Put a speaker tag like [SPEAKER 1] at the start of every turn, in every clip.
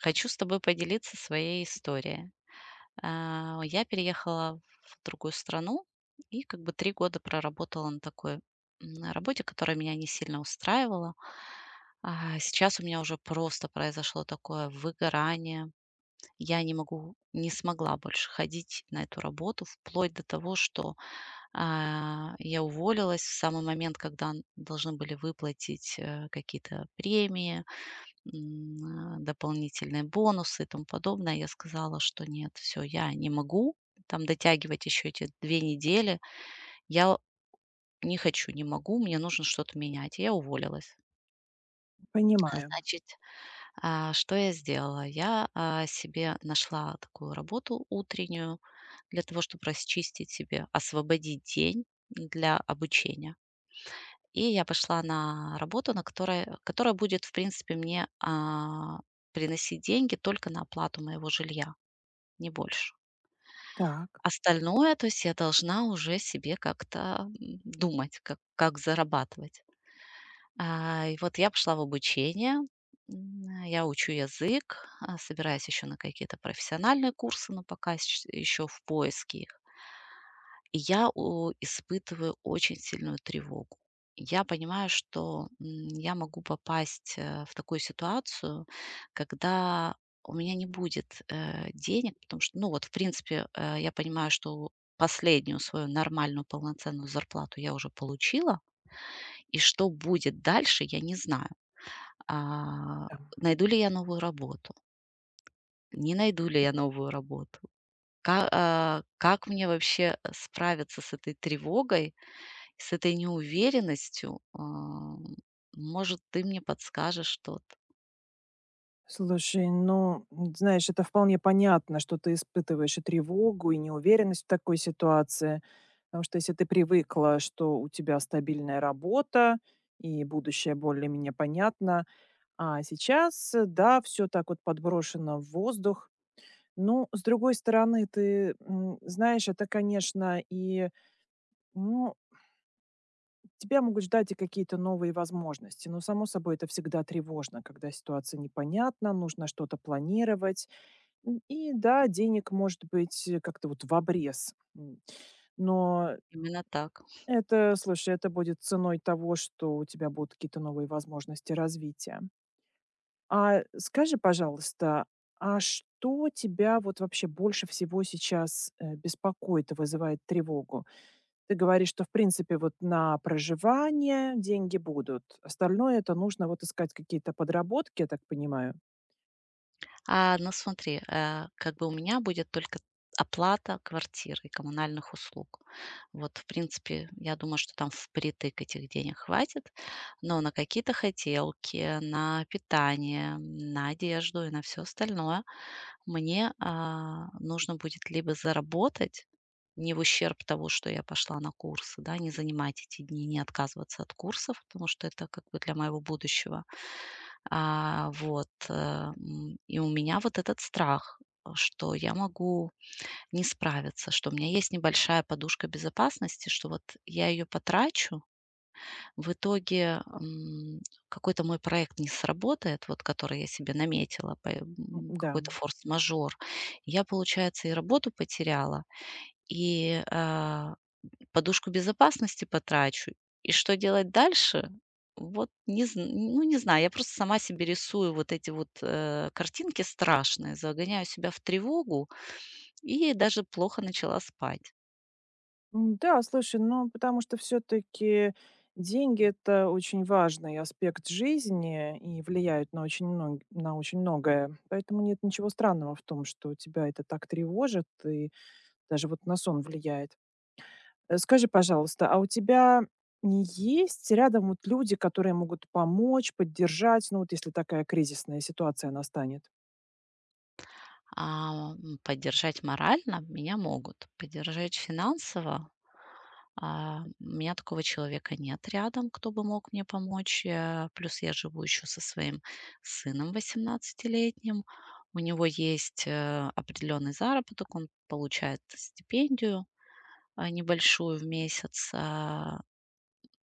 [SPEAKER 1] Хочу с тобой поделиться своей историей. Я переехала в другую страну и как бы 3 года проработала на такой, работе, которая меня не сильно устраивала. Сейчас у меня уже просто произошло такое выгорание. Я не смогла больше ходить на эту работу вплоть до того, что, я уволилась в самый момент, когда н должны были выплатить, какие-то премии, М, дополнительные бонусы и тому подобное. Я сказала, что нет, все, я не могу там дотягивать еще эти 2 недели. Я не хочу, не могу, мне нужно что-то менять. И я уволилась. А,
[SPEAKER 2] Понимаю.
[SPEAKER 1] значит, что я сделала? Себе нашла такую работу утреннюю, для того чтобы расчистить себе, освободить день для обучения. И я пошла на работу, которая будет, в принципе, мне приносить деньги только на оплату моего жилья, не больше.
[SPEAKER 2] Так.
[SPEAKER 1] Остальное, то есть я должна уже себе как-то думать, как зарабатывать. И вот я пошла в обучение, я учу язык, собираюсь еще на какие-то профессиональные курсы, но пока еще в поиске их. И я о испытываю очень сильную тревогу. Я понимаю, что, я могу попасть, в такую ситуацию, когда у меня не будет, денег, потому что, ну, вот, в принципе, я понимаю, что последнюю свою нормальную полноценную зарплату я уже получила, и что будет дальше, я не знаю. А,
[SPEAKER 2] Да.
[SPEAKER 1] Найду ли я новую работу, не найду ли я новую работу, как мне вообще справиться с этой тревогой, с этой неуверенностью, может, ты мне подскажешь что-то.
[SPEAKER 2] Слушай, ну, знаешь, это вполне понятно, что ты испытываешь и тревогу, и неуверенность в такой ситуации. Потому что если ты привыкла, что у тебя стабильная работа и будущее более-менее понятно, а сейчас, да, все так вот подброшено в воздух. Ну, с другой стороны, ты знаешь, это, конечно, и ну тебя могут ждать и какие-то новые возможности, но, само собой, это всегда тревожно, когда ситуация непонятна, нужно что-то планировать. И да, денег может быть как-то вот в обрез. Но
[SPEAKER 1] Именно так.
[SPEAKER 2] это, слушай, это будет ценой того, что у тебя будут какие-то новые возможности развития. А скажи, пожалуйста, а что тебя вот вообще больше всего сейчас беспокоит и вызывает тревогу? Ты говоришь, что в принципе вот на проживание деньги будут. Остальное - это нужно вот искать какие-то подработки, я так понимаю?
[SPEAKER 1] Ну смотри, как бы у меня будет только оплата квартиры и коммунальных услуг. Вот, в принципе, я думаю, что там впритык этих денег хватит, но на какие-то хотелки, на питание, на одежду и на все остальное мне нужно будет либо заработать, не в ущерб того, что я пошла на курсы, да, не занимать эти дни, не отказываться от курсов, потому что это как бы для моего будущего. И у меня вот этот страх, что я могу не справиться, что у меня есть небольшая подушка безопасности, что вот я ее потрачу, в итоге, какой-то мой проект не сработает, вот который я себе наметила,
[SPEAKER 2] Да.
[SPEAKER 1] какой-то форс-мажор. Я, получается, и работу потеряла, и, подушку безопасности потрачу, и что делать дальше? Вот, не зн ну, не знаю, я просто сама себе рисую вот эти вот, картинки страшные, загоняю себя в тревогу и даже плохо начала спать.
[SPEAKER 2] Да, слушай, ну, потому что все таки деньги - это очень важный аспект жизни и влияют на очень многое. Поэтому нет ничего странного в том, что тебя это так тревожит и даже вот на сон влияет. Скажи, пожалуйста, а у тебя не есть рядом вот люди, которые могут помочь, поддержать, ну, вот если такая кризисная ситуация настанет?
[SPEAKER 1] Поддержать морально меня могут, поддержать финансово, у меня такого человека нет рядом, кто бы мог мне помочь. Плюс я живу еще со своим сыном 18-летним. У него есть, определенный заработок, он получает стипендию, небольшую в месяц. А,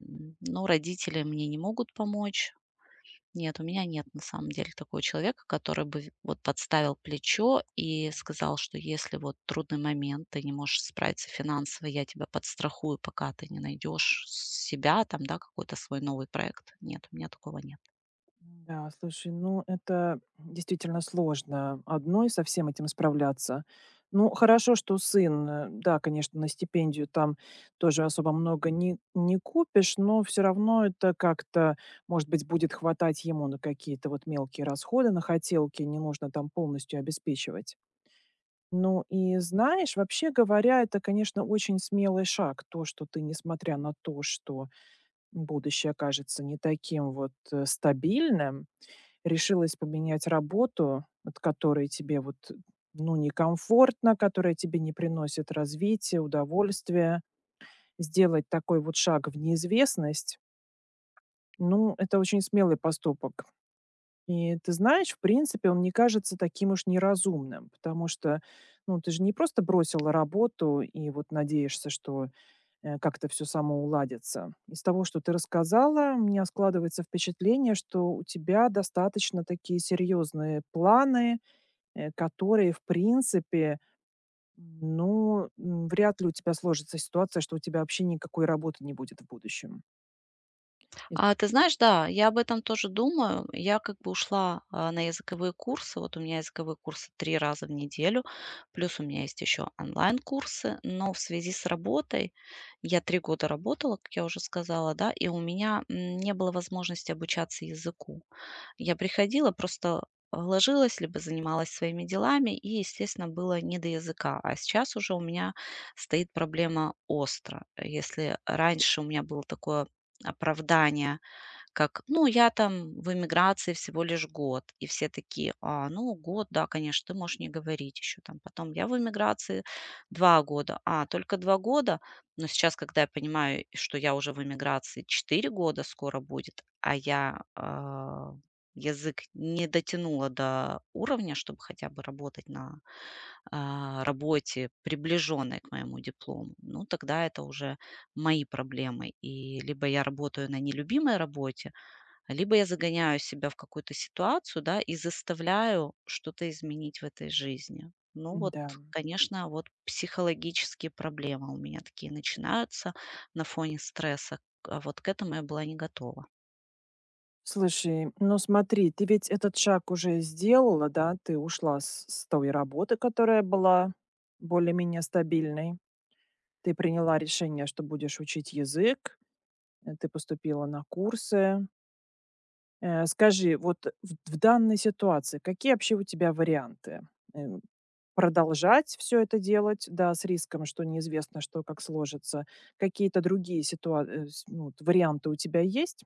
[SPEAKER 1] м, Но родители мне не могут помочь. Нет, у меня нет на самом деле такого человека, который бы в вот подставил плечо и сказал, что если вот трудный момент, ты не можешь справиться финансово, я тебя подстрахую, пока ты не найдешь себя, там, да, какой-то свой новый проект. Нет, у меня такого нет.
[SPEAKER 2] Да, слушай, ну, это действительно сложно одной со всем этим справляться. Ну, хорошо, что сын, да, конечно, на стипендию там тоже особо много не купишь, но все равно это как-то, может быть, будет хватать ему на какие-то вот мелкие расходы, на хотелки, не нужно там полностью обеспечивать. Ну и знаешь, вообще говоря, это, конечно, очень смелый шаг, то, что ты, несмотря на то, что будущее кажется не таким вот стабильным, решилась поменять работу, от которой тебе вот ну, некомфортно, которая тебе не приносит развития, удовольствия, сделать такой вот шаг в неизвестность, ну, это очень смелый поступок. И ты знаешь, в принципе, он не кажется таким уж неразумным, потому что, ну, ты же не просто бросила работу и вот надеешься, что как-то все само уладится. Из того, что ты рассказала, у меня складывается впечатление, что у тебя достаточно такие серьезные планы, которые, в принципе, ну, вряд ли у тебя сложится ситуация, что у тебя вообще никакой работы не будет в будущем. Ис-
[SPEAKER 1] Ты знаешь, да, я об этом тоже думаю. Я как бы ушла на языковые курсы. Вот у меня языковые курсы три раза в неделю, плюс у меня есть еще онлайн-курсы. Но в связи с работой, я 3 года работала, как я уже сказала, да, и у меня не было возможности обучаться языку. Я приходила, просто ложилась, либо занималась своими делами, и, естественно, было не до языка. А сейчас уже у меня стоит проблема остро. Если раньше у меня было такое оправдания, как: "Ну, я там в эмиграции всего лишь год". И все такие: Ну, год, да, конечно, ты можешь не говорить еще там". Потом: "Я в эмиграции 2 года". Только 2 года?" Но сейчас, когда я понимаю, что я уже в эмиграции 4 года скоро будет, язык не дотянула до уровня, чтобы хотя бы работать на, работе, приближенной к моему диплому, ну, тогда это уже мои проблемы. И либо я работаю на нелюбимой работе, а либо я загоняю себя в какую-то ситуацию, да, и заставляю что-то изменить в этой жизни. Ну вот,
[SPEAKER 2] Да.
[SPEAKER 1] конечно, вот психологические проблемы у меня такие начинаются на фоне стресса. А вот к этому я была не готова.
[SPEAKER 2] Слушай, ну смотри, ты ведь этот шаг уже сделала, да? Ты ушла с той работы, которая была более-менее стабильной. Ты приняла решение, что будешь учить язык, ты поступила на курсы. Скажи, вот в данной ситуации какие вообще у тебя варианты? Эм, Продолжать все это делать, да, с риском, что неизвестно, что, как сложится. Какие-то другие ситуа э, с ну, вот варианты у тебя есть?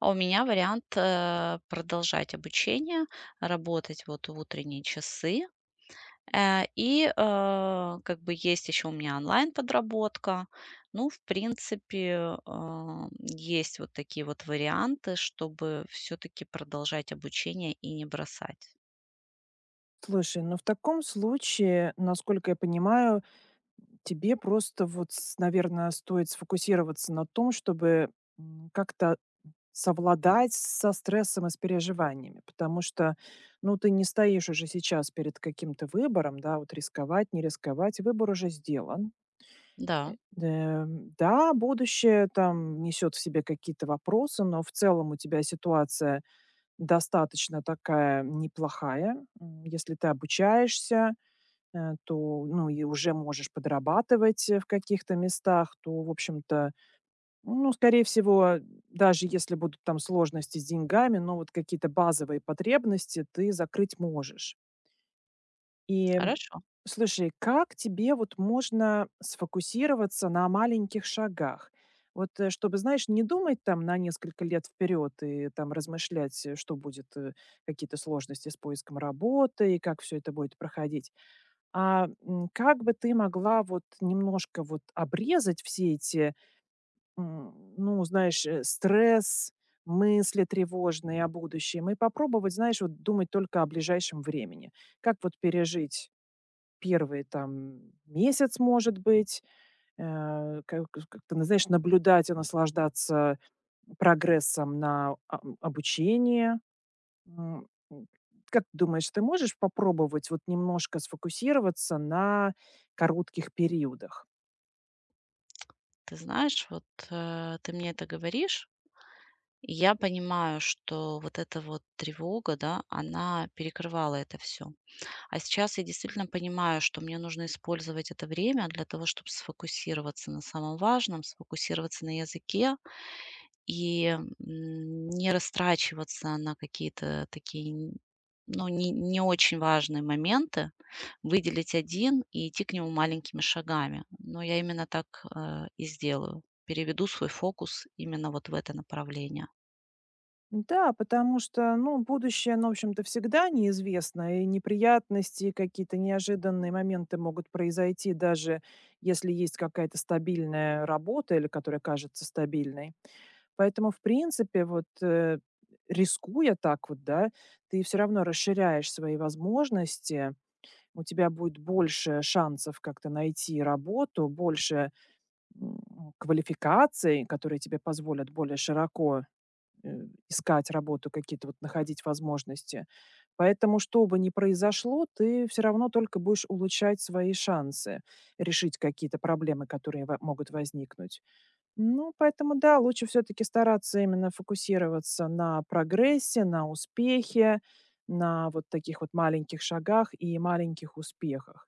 [SPEAKER 1] А у меня вариант продолжать обучение, работать вот в утренние часы. Как бы есть еще у меня онлайн-подработка. Ну, в принципе, а, есть вот такие вот варианты, чтобы все-таки продолжать обучение и не бросать.
[SPEAKER 2] Слушай, ну в таком случае, насколько я понимаю, тебе просто вот, наверное, стоит сфокусироваться на том, чтобы как-то совладать со стрессом и с переживаниями, потому что, ну, ты не стоишь уже сейчас перед каким-то выбором, да, вот рисковать, не рисковать, выбор уже сделан. Э,
[SPEAKER 1] Да,
[SPEAKER 2] Да, будущее там несет в себе какие-то вопросы, но в целом у тебя ситуация достаточно такая неплохая. Если ты обучаешься, то, ну, и уже можешь подрабатывать, в каких-то местах, то, в общем-то, ну, скорее всего, даже если будут там сложности с деньгами, но вот какие-то базовые потребности ты закрыть можешь. И,
[SPEAKER 1] хорошо.
[SPEAKER 2] слушай, как тебе вот можно сфокусироваться на маленьких шагах? Вот, чтобы, знаешь, не думать там на несколько лет вперед и там размышлять, что будет, какие-то сложности с поиском работы и как все это будет проходить, как бы ты могла вот немножко вот обрезать все эти, ну, знаешь, стресс, мысли тревожные о будущем и попробовать, знаешь, вот думать только о ближайшем времени? Как вот пережить первый там месяц, может быть, как как-то, знаешь, наблюдать и наслаждаться прогрессом на обучении? М, м, как ты думаешь, ты можешь попробовать вот немножко сфокусироваться на коротких периодах?
[SPEAKER 1] Ты знаешь, вот ты мне это говоришь, и я понимаю, что вот эта вот тревога, да, она перекрывала это все. А сейчас я действительно понимаю, что мне нужно использовать это время для того, чтобы сфокусироваться на самом важном, сфокусироваться на языке. И не растрачиваться на какие-то такие, н ну, не очень важные моменты, выделить один и идти к нему маленькими шагами. Но я именно так, и сделаю. Переведу свой фокус именно вот в это направление.
[SPEAKER 2] Да, потому что, ну, будущее, ну, в общем-то, всегда неизвестно, и неприятности, и какие-то неожиданные моменты могут произойти, даже если есть какая-то стабильная работа или которая кажется стабильной. Поэтому, в принципе, вот рискуя так вот, да, ты все равно расширяешь свои возможности, у тебя будет больше шансов как-то найти работу, больше, квалификаций, которые тебе позволят более широко, э, искать работу, какие-то вот находить возможности. Поэтому, что бы ни произошло, ты все равно только будешь улучшать свои шансы решить какие-то проблемы, которые во могут возникнуть. Ну, поэтому да, лучше все таки стараться именно фокусироваться на прогрессе, на успехе, на вот таких вот маленьких шагах и маленьких успехах.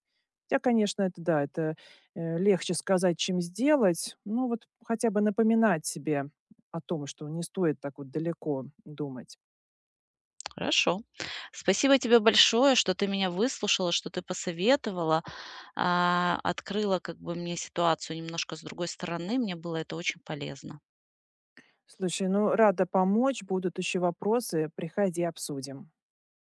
[SPEAKER 2] Хотя, конечно, это да, это, легче сказать, чем сделать. Ну, вот хотя бы напоминать себе о том, что не стоит так вот далеко думать.
[SPEAKER 1] Хорошо. Спасибо тебе большое, что ты меня выслушала, что ты посоветовала, открыла как бы мне ситуацию немножко с другой стороны. Мне было это очень полезно.
[SPEAKER 2] Слушай, ну рада помочь. Будут еще вопросы, приходи, обсудим.